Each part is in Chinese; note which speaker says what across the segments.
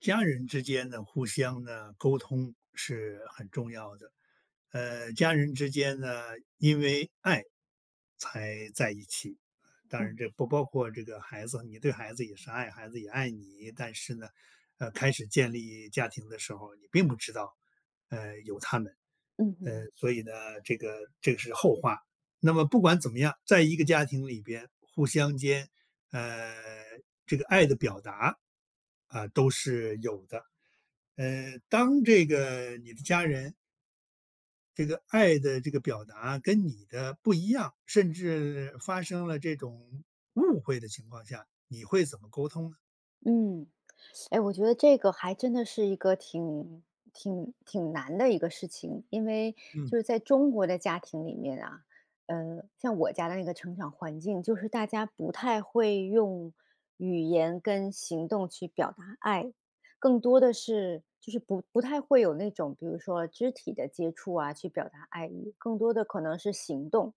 Speaker 1: 家人之间呢，互相呢沟通是很重要的。家人之间呢，因为爱才在一起。当然，
Speaker 2: 嗯
Speaker 1: 这不包括这个孩子，你对孩子也是爱，孩子也爱你。但是呢，开始建立家庭的时候，你并不知道，有他们，
Speaker 2: 嗯嗯
Speaker 1: 所以呢，这个这个是后话。那么不管怎么样，在一个家庭里边，互相间呃，这个爱的表达啊，都是有的。当这个你的家人这个爱的这个表达跟你的不一样，甚至发生了这种误会的情况下，你会怎么沟通呢？
Speaker 2: 嗯，哎，我觉得这个还真的是一个挺挺难的一个事情，因为
Speaker 1: 嗯
Speaker 2: 就是在中国的家庭里面啊，像我家的那个成长环境，就是大家不太会用语言跟行动去表达爱，更多的是就是不太会有那种，比如说肢体的接触啊，去表达爱意，更多的可能是行动。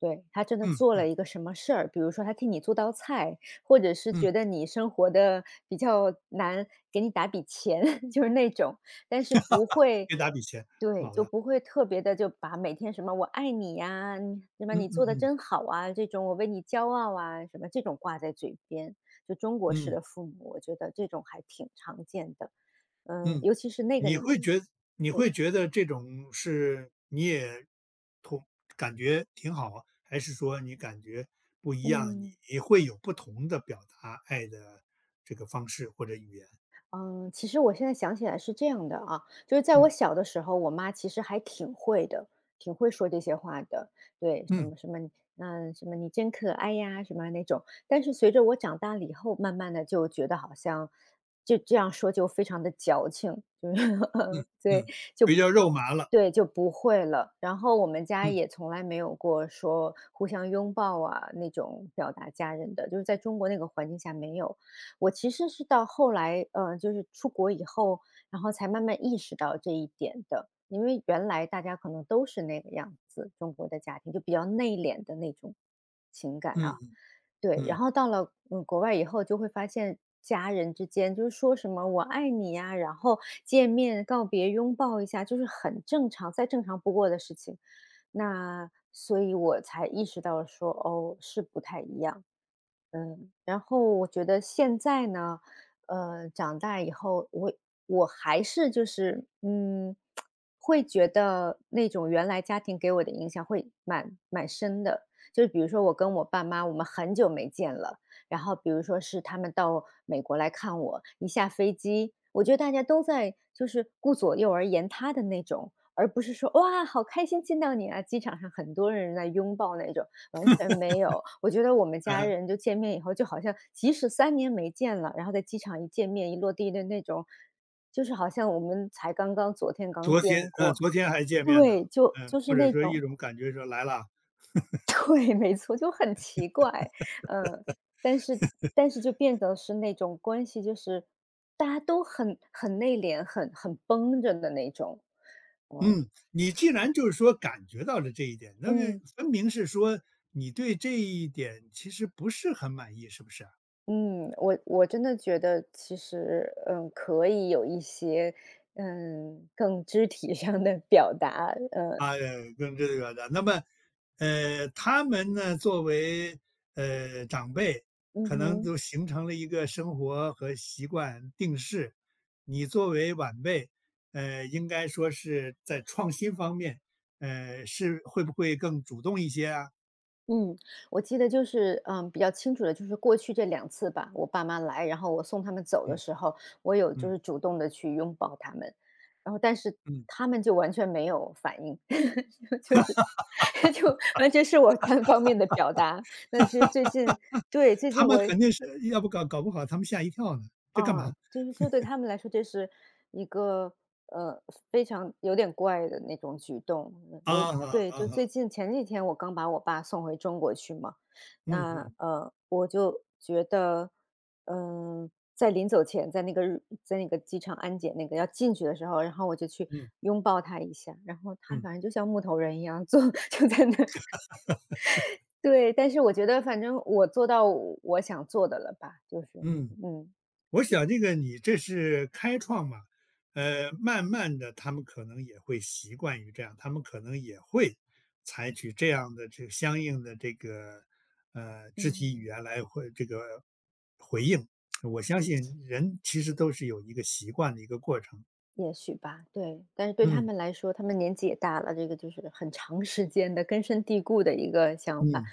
Speaker 2: 对，他真的
Speaker 1: 嗯
Speaker 2: 做
Speaker 1: 嗯
Speaker 2: 了一个什么事儿，比如说他替你做道菜，或者是
Speaker 1: 嗯，
Speaker 2: 觉得你生活的比较难，给你打笔钱，就是那种，但是不会
Speaker 1: 给打笔钱，
Speaker 2: 对，
Speaker 1: 好
Speaker 2: 就
Speaker 1: 的，
Speaker 2: 不会特别的就把每天什么“我爱你呀”，你什么
Speaker 1: 嗯
Speaker 2: “你做
Speaker 1: 嗯
Speaker 2: 的
Speaker 1: 嗯
Speaker 2: 真好啊”，这种“我为你骄傲啊”，什么这种挂在嘴边。就中国式
Speaker 1: 嗯。
Speaker 2: 的父母，我觉得这种还挺常见的，嗯，
Speaker 1: 嗯，
Speaker 2: 尤其是那个
Speaker 1: 你
Speaker 2: 你，
Speaker 1: 会觉你会觉得这种是你也同感觉挺好啊，还是说你感觉不一样，
Speaker 2: 嗯。
Speaker 1: 你会有不同的表达爱的这个方式或者语言？
Speaker 2: 嗯，其实我现在想起来是这样的啊，就是在我
Speaker 1: 嗯
Speaker 2: 小的时候，我妈其实还挺会的，挺会说这些话的。对，什
Speaker 1: 嗯
Speaker 2: 么什么，嗯，什么你真可爱呀，什么那种。但是随着我长大了以后，慢慢的就觉得好像就这样说就非常的矫情，就是
Speaker 1: 嗯
Speaker 2: 对，
Speaker 1: 嗯，
Speaker 2: 就
Speaker 1: 比较肉麻了。
Speaker 2: 对，就不会了。然后我们家
Speaker 1: 嗯
Speaker 2: 也从来没有过说互相拥抱啊那种表达家人的，就是在中国那个环境下没有。我其实是到后来，就是出国以后，然后才慢慢意识到这一点的。因为原来大家可能都是那个样子，中国的家庭就比较内敛的那种情感
Speaker 1: 嗯
Speaker 2: 啊，
Speaker 1: 嗯
Speaker 2: 对。
Speaker 1: 嗯，
Speaker 2: 然后到了国外以后，就会发现家人之间就是说什么“我爱你”呀，然后见面告别、拥抱一下，就是很正常，再正常不过的事情。那所以我才意识到说，哦，是不太一样。嗯，然后我觉得现在呢，长大以后，我还是就是，嗯，会觉得那种原来家庭给我的影响会蛮深的。就是比如说我跟我爸妈，我们很久没见了，然后比如说是他们到美国来看我，一下飞机，我觉得大家都在就是顾左右而言他的那种，而不是说哇好开心见到你啊，机场上很多人在拥抱那种。完全没有，我觉得我们家
Speaker 1: 呃
Speaker 2: 人就见面以后，就好像即使三年没见了，然后在机场一见面一落地的那种，就是好像我们才刚刚昨天刚见过。
Speaker 1: 昨天还见面呢，
Speaker 2: 对，就
Speaker 1: 嗯，
Speaker 2: 就是
Speaker 1: 或者
Speaker 2: 那
Speaker 1: 说一
Speaker 2: 种
Speaker 1: 种感觉说来了。
Speaker 2: 对，没错，就很奇怪。嗯，但是但是就变得是那种关系，就是大家都很内敛，很绷着的那种。
Speaker 1: 嗯，你既然就是说感觉到了这一点，那就
Speaker 2: 嗯。
Speaker 1: 分明是说你对这一点其实不是很满意，是不是啊？
Speaker 2: 嗯，我真的觉得其实，嗯，可以有一些，嗯，更肢体上的表达，
Speaker 1: 啊，跟这个的，那么，他们呢，作为长辈，
Speaker 2: 嗯
Speaker 1: 可能
Speaker 2: 哼，
Speaker 1: 都形成了一个生活和习惯定式。你作为晚辈，应该说是在创新方面，是会不会更主动一些啊？
Speaker 2: 嗯，我记得就是，嗯，比较清楚的就是过去这两次吧，我爸妈来，然后我送他们走的
Speaker 1: 嗯
Speaker 2: 时候，我有就
Speaker 1: 嗯
Speaker 2: 是主动的去拥抱他们，然后但是
Speaker 1: 嗯。
Speaker 2: 他们就完全没有反应，就是 就完全是我单方面的表达。那其实最近，对，最
Speaker 1: 他
Speaker 2: 近
Speaker 1: 们
Speaker 2: 我
Speaker 1: 肯定是要不搞不好他们吓一跳呢，这干
Speaker 2: 啊，
Speaker 1: 嘛？
Speaker 2: 就是就对他们来说，这是一个呃非常有点怪的那种举动。嗯
Speaker 1: 啊
Speaker 2: 我
Speaker 1: 啊
Speaker 2: 对，
Speaker 1: 啊
Speaker 2: 就最
Speaker 1: 哈，
Speaker 2: 近前几天我刚把我爸送回中国去嘛，
Speaker 1: 嗯
Speaker 2: 那
Speaker 1: 嗯
Speaker 2: 我就觉得，嗯、在临走前，在那个在那个机场安检那个要进去的时候，然后我就去
Speaker 1: 嗯
Speaker 2: 拥抱他一下，然后他
Speaker 1: 嗯
Speaker 2: 反正就像木头人一样坐 就在那儿对，但是我觉得反正我做到我想做的了吧，就是
Speaker 1: 嗯，
Speaker 2: 嗯
Speaker 1: 我想这个你这是开创嘛，慢慢的他们可能也会习惯于这样，他们可能也会采取这样的这相应的这个，肢体语
Speaker 2: 嗯。
Speaker 1: 言来回这个回应。我相信人其实都是有一个习惯的一个过程，
Speaker 2: 也许吧，对，但是对他
Speaker 1: 嗯
Speaker 2: 们来说，他们年纪也大了，这个就是很长时间的根深蒂固的一个想法。
Speaker 1: 嗯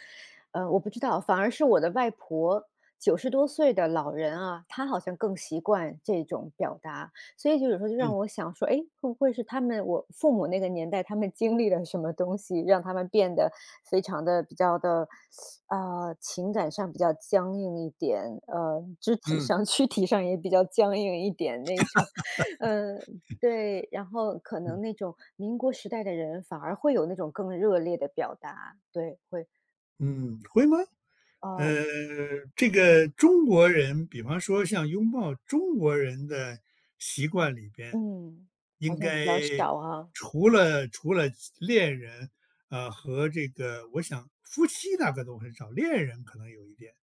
Speaker 2: 我不知道，反而是我的外婆，九十多岁的老人啊，她好像更习惯这种表达，所以就有时候就
Speaker 1: 嗯嗯
Speaker 2: 让我想说，哎，会不会是他们我父母那个年代，他们经历了什么东西，让他们变得非常的比较的，情感上比较僵硬一点，肢体
Speaker 1: 嗯。
Speaker 2: 上、躯体上也比较僵硬一点那种。嗯。对，然后可能那种民国时代的人反而会有那种更热烈的表达，对，会
Speaker 1: 嗯，会吗？
Speaker 2: 啊，
Speaker 1: 呃，这个中国人，比方说像拥抱中国人的习惯里边，
Speaker 2: 嗯，好
Speaker 1: 应
Speaker 2: 像比
Speaker 1: 该
Speaker 2: 较少啊，
Speaker 1: 除了恋人，和这个我想夫妻大概都很少，恋人可能有一点，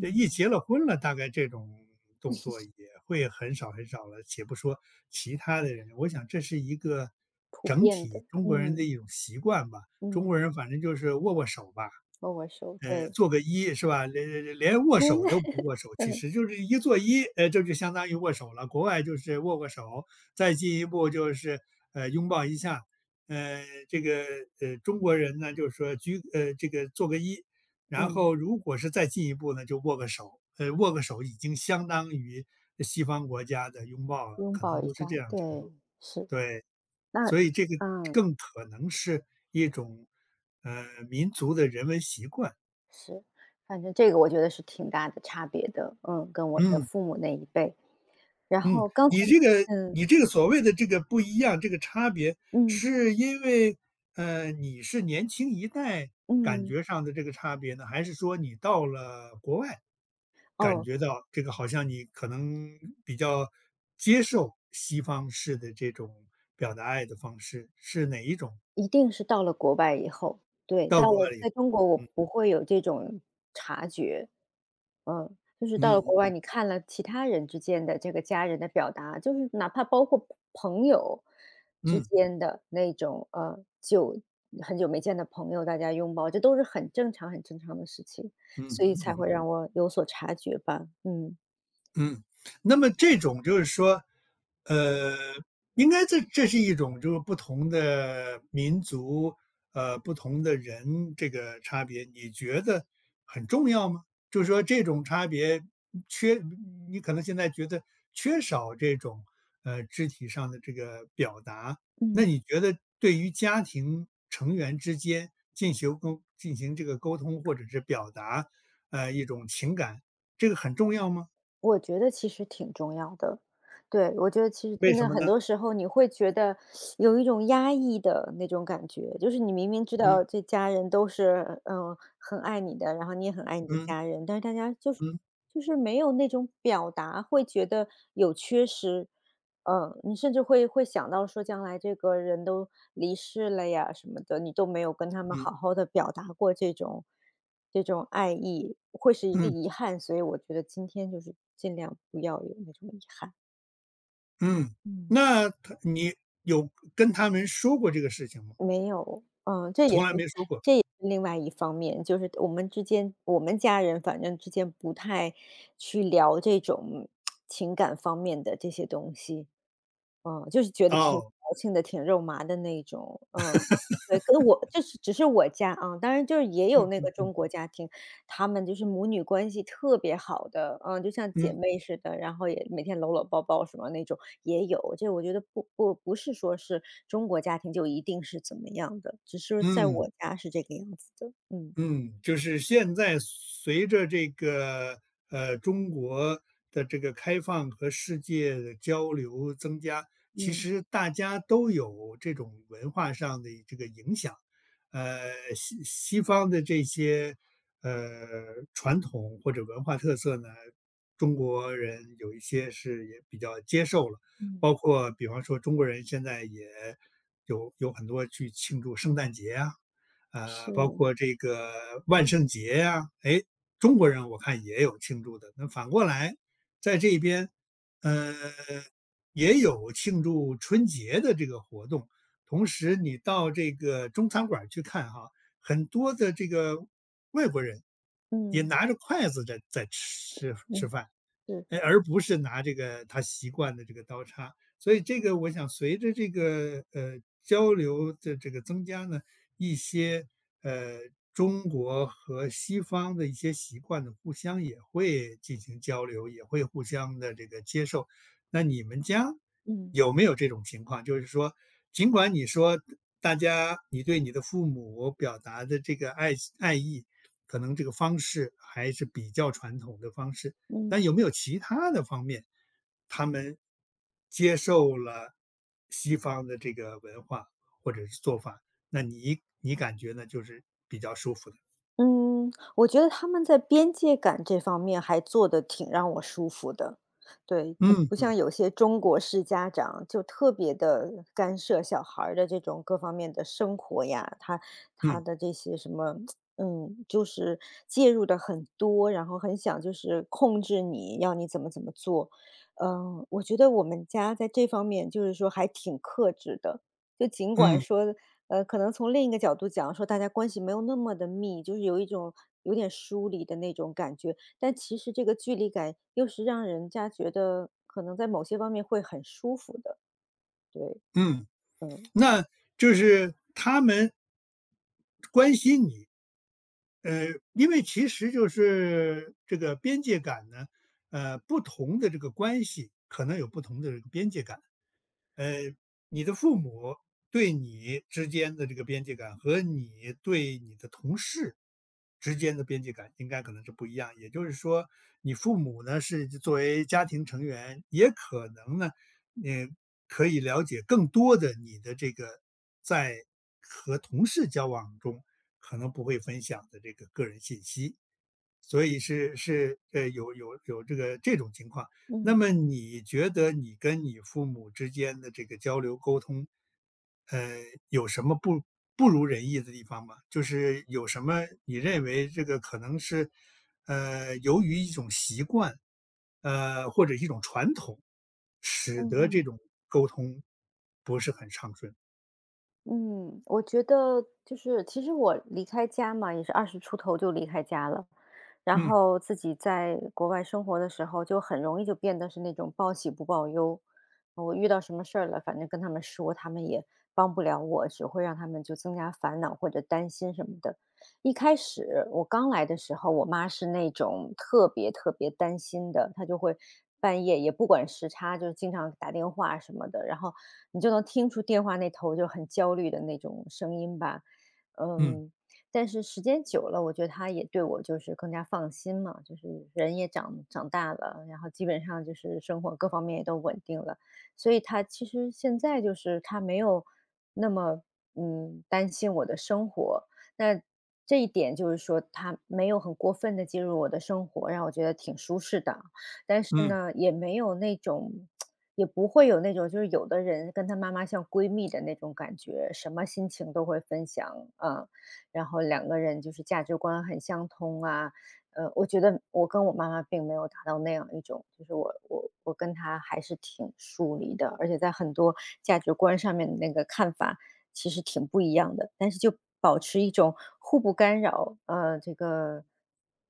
Speaker 1: 这一结了婚了，大概这种动作也会很少很少了。且不说其他的人，我想这是一个
Speaker 2: 普
Speaker 1: 整
Speaker 2: 遍
Speaker 1: 体
Speaker 2: 的，
Speaker 1: 中国人的
Speaker 2: 嗯
Speaker 1: 一种习惯吧。中国
Speaker 2: 嗯，
Speaker 1: 人反正就是握握手吧，
Speaker 2: 握握手，对，
Speaker 1: 做个揖是吧？连握
Speaker 2: 嗯
Speaker 1: 手都不握 手，其
Speaker 2: 嗯
Speaker 1: 实就是一做揖，这就相当于握手了。国外就是握握手，再进一步就是拥抱一下。这个中国人呢，就是说鞠呃这个做个揖，然
Speaker 2: 嗯，
Speaker 1: 后如果是再进一步呢，就握个手。握个手已经相当于西方国家的拥抱了，
Speaker 2: 拥
Speaker 1: 可能
Speaker 2: 抱一
Speaker 1: 都是
Speaker 2: 下，
Speaker 1: 这样程
Speaker 2: 对，
Speaker 1: 度。
Speaker 2: 是，
Speaker 1: 对，
Speaker 2: 那
Speaker 1: 所以这个
Speaker 2: 嗯
Speaker 1: 更可能是一种民族的人文习惯。
Speaker 2: 是，反正这个我觉得是挺大的差别的，嗯，跟我的
Speaker 1: 嗯。
Speaker 2: 父母那一辈，然
Speaker 1: 嗯，
Speaker 2: 后刚才
Speaker 1: 你这个
Speaker 2: 嗯
Speaker 1: 你这个所谓的这个不一样，这个差别，
Speaker 2: 嗯
Speaker 1: 是因为，你是年轻一代感
Speaker 2: 嗯，
Speaker 1: 觉上的这个差别呢？还是说你到了国外，感
Speaker 2: 哦，
Speaker 1: 觉到这个好像你可能比较接受西方式的这种表达爱的方式，是哪一种？
Speaker 2: 一定是到了国外以后，对，
Speaker 1: 到
Speaker 2: 到
Speaker 1: 国外
Speaker 2: 了
Speaker 1: 了以
Speaker 2: 在
Speaker 1: 后，
Speaker 2: 中国我不会有这种察觉。嗯，就是到了国外，
Speaker 1: 嗯
Speaker 2: 你看了其他人之间的这个家人的表达，就是哪怕包括朋友之
Speaker 1: 嗯
Speaker 2: 间的那种，很久没见的朋友，大家拥抱，这都是很正常很正常的事情，
Speaker 1: 嗯
Speaker 2: 所以
Speaker 1: 嗯
Speaker 2: 才
Speaker 1: 嗯。
Speaker 2: 会让我有所察觉吧，嗯。
Speaker 1: 嗯，那么这种就是说，呃，应该这是一种就是不同的民族，不同的人这个差别，你觉得很重要吗？就是说这种差别缺，你可能现在觉得缺少这种肢体上的这个表达，那
Speaker 2: 嗯。
Speaker 1: 你觉得对于家庭成员之间进行这个沟通或者是表达，一种情感，这个很重要吗？
Speaker 2: 我觉得其实挺重要的，对，我觉得其实
Speaker 1: 为
Speaker 2: 真
Speaker 1: 什
Speaker 2: 的
Speaker 1: 么
Speaker 2: 很
Speaker 1: 呢？
Speaker 2: 多时候你会觉得有一种压抑的那种感觉，就是你明明知道
Speaker 1: 嗯
Speaker 2: 这家人都是很爱你的，然后你也很爱你的
Speaker 1: 嗯
Speaker 2: 家人，但是大家就是
Speaker 1: 嗯
Speaker 2: 就是没有那种表达，会觉得有缺失。嗯，你甚至会想到说将来这个人都离世了呀什么的，你都没有跟他们好
Speaker 1: 嗯
Speaker 2: 好的表达过这种爱意，会是一个
Speaker 1: 嗯
Speaker 2: 遗憾，所以我觉得今天就是尽量不要有那种遗憾。
Speaker 1: 嗯，
Speaker 2: 嗯。
Speaker 1: 那你有跟他们说过这个事情吗？
Speaker 2: 没有，嗯，
Speaker 1: 从来没说过，
Speaker 2: 这也是另外一方面，就是我们之间我们家人反正之间不太去聊这种情感方面的这些东西。嗯，就是觉得挺
Speaker 1: 哦，
Speaker 2: 矫情的，挺肉麻的那种，嗯，对，可能我这是只是我家啊，当然就是也有
Speaker 1: 嗯
Speaker 2: 那个
Speaker 1: 嗯嗯
Speaker 2: 中国家庭，她们就是母女关系特别好的，嗯，就像姐
Speaker 1: 嗯
Speaker 2: 妹似的，然后也每天搂搂抱抱什么那种也有。这我觉得不不是说是中国家庭就一定是怎么样的，只是在
Speaker 1: 嗯。
Speaker 2: 我家是这个样子的，嗯。
Speaker 1: 嗯，就是现在随着这个中国的这个开放和世界的交流增加，其
Speaker 2: 嗯
Speaker 1: 实大家都有这种文化上的这个影响。西方的这些传统或者文化特色呢，中国人有一些是也比较接受了，
Speaker 2: 嗯，
Speaker 1: 包括比方说中国人现在也有很多去庆祝圣诞节啊，包
Speaker 2: 是，
Speaker 1: 括这个万圣节呀、哎，中国人我看也有庆祝的。那反过来，在这边，呃，也有庆祝春节的这个活动。同时，你到这个中餐馆儿去看哈，很多的这个外国人也
Speaker 2: 嗯，
Speaker 1: 拿着筷子在吃吃
Speaker 2: 嗯，
Speaker 1: 饭。
Speaker 2: 是，
Speaker 1: 哎，而不是拿这个他习惯的这个刀叉。所以这个我想随着这个，交流的这个增加呢，一些，呃，中国和西方的一些习惯呢，互相也会进行交流，也会互相的这个接受。那你们家
Speaker 2: 嗯
Speaker 1: 有没有这种情况？就是说，尽管你说大家你对你的父母表达的这个爱意，可能这个方式还是比较传统的方式，那
Speaker 2: 嗯。
Speaker 1: 有没有其他的方面，他们接受了西方的这个文化或者是做法，那你感觉呢，就是比较舒服的？
Speaker 2: 嗯，我觉得他们在边界感这方面还做的挺让我舒服的。对，就
Speaker 1: 嗯
Speaker 2: 不
Speaker 1: 嗯
Speaker 2: 像有些中国式家长就特别的干涉小孩儿的这种各方面的生活呀，他他
Speaker 1: 嗯
Speaker 2: 的这些什么嗯，就是介入的很多，然后很想就是控制你，要你怎么怎么做。嗯，我觉得我们家在这方面就是说还挺克制的，就尽管
Speaker 1: 嗯
Speaker 2: 说可能从另一个角度讲，说大家关系没有那么的密，就是有一种有点疏离的那种感觉。但其实这个距离感又是让人家觉得可能在某些方面会很舒服的，对，
Speaker 1: 嗯，
Speaker 2: 嗯。
Speaker 1: 那就是他们关心你，呃，因为其实就是这个边界感呢，不同的这个关系可能有不同的这个边界感。呃，你的父母对你之间的这个边界感和你对你的同事之间的边界感应该可能是不一样。也就是说，你父母呢是作为家庭成员，也可能呢，呃，可以了解更多的你的这个在和同事交往中可能不会分享的这个个人信息，所以是有这个这种情况。那
Speaker 2: 嗯，
Speaker 1: 么你觉得你跟你父母之间的这个交流沟通，呃，有什么不如人意的地方吗？就是有什么你认为这个可能是，由于一种习惯，或者一种传统，使
Speaker 2: 嗯
Speaker 1: 得这
Speaker 2: 嗯。
Speaker 1: 种沟通不是很畅顺？
Speaker 2: 嗯，我觉得就是其实我离开家嘛，也是二十出头就离开家了。然
Speaker 1: 嗯
Speaker 2: 后自己在国外生活的时候，就很容易就变得是那种报喜不报忧。我遇到什么事儿了，反正跟他们说，他们也帮不了我，只会让他们就增加烦恼或者担心什么的。一开始我刚来的时候，我妈是那种特别特别担心的，她就会半夜也不管时差，就是经常打电话什么的，然后你就能听出电话那头就很焦虑的那种声音吧。
Speaker 1: 嗯
Speaker 2: 嗯，但是时间久了，我觉得她也对我就是更加放心嘛，就是人也长大了，然后基本上就是生活各方面也都稳定了，所以她其实现在就是她没有那么担心我的生活。那这一点就是说，她没有很过分的介入我的生活，让我觉得挺舒适的。但是
Speaker 1: 嗯。
Speaker 2: 呢，也没有那种也不会有那种就是有的人跟他妈妈像闺蜜的那种感觉，什么心情都会分享，啊，然后两个人就是价值观很相通啊。我觉得我跟我妈妈并没有达到那样一种，就是我我跟她还是挺疏离的，而且在很多价值观上面的那个看法其实挺不一样的，但是就保持一种互不干扰，这个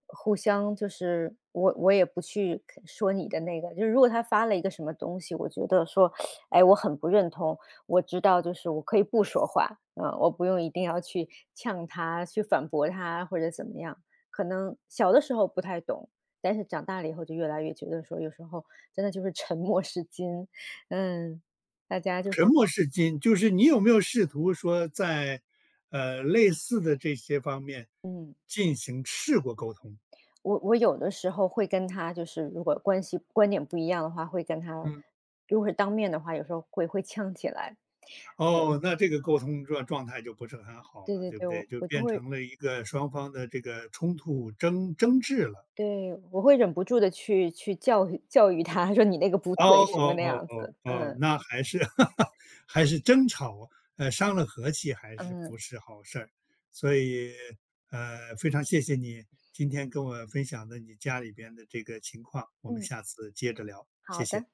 Speaker 2: 互相就是我也不去说你的那个，就是如果他发了一个什么东西，我觉得说，哎，我很不认同，我知道就是我可以不说话，嗯、我不用一定要去呛他、去反驳他或者怎么样。可能小的时候不太懂，但是长大了以后就越来越觉得说，有时候真的就是沉 默是金，嗯，大家就是
Speaker 1: 沉默是金，就是你有没有试图说在，类似的这些方面
Speaker 2: 嗯。
Speaker 1: 进行试过沟通？
Speaker 2: 我有的时候会跟他就是如果关系观点不一样的话，会跟他
Speaker 1: 嗯。
Speaker 2: 如果是当面的话，有时候会呛起来。
Speaker 1: 哦，那这个沟通状态就不是很好
Speaker 2: 对
Speaker 1: 了，
Speaker 2: 对
Speaker 1: 对不
Speaker 2: 对，
Speaker 1: 对？
Speaker 2: 我
Speaker 1: 就
Speaker 2: 我就
Speaker 1: 变
Speaker 2: 会
Speaker 1: 成了一个双方的这个冲突争执了。
Speaker 2: 对，我会忍不住的去去教育他，说：“你那个不
Speaker 1: 哦
Speaker 2: 对。”什么
Speaker 1: 哦
Speaker 2: 那
Speaker 1: 哦
Speaker 2: 样
Speaker 1: 哦
Speaker 2: 子。
Speaker 1: 哦，
Speaker 2: 嗯，
Speaker 1: 那还是 还是争吵，伤了和气还是不
Speaker 2: 嗯，
Speaker 1: 是好事儿。所以，非常谢谢你今天跟我分享的你家里边的这个情况，我们
Speaker 2: 嗯，
Speaker 1: 下次接着聊，谢
Speaker 2: 好
Speaker 1: 谢。
Speaker 2: 的。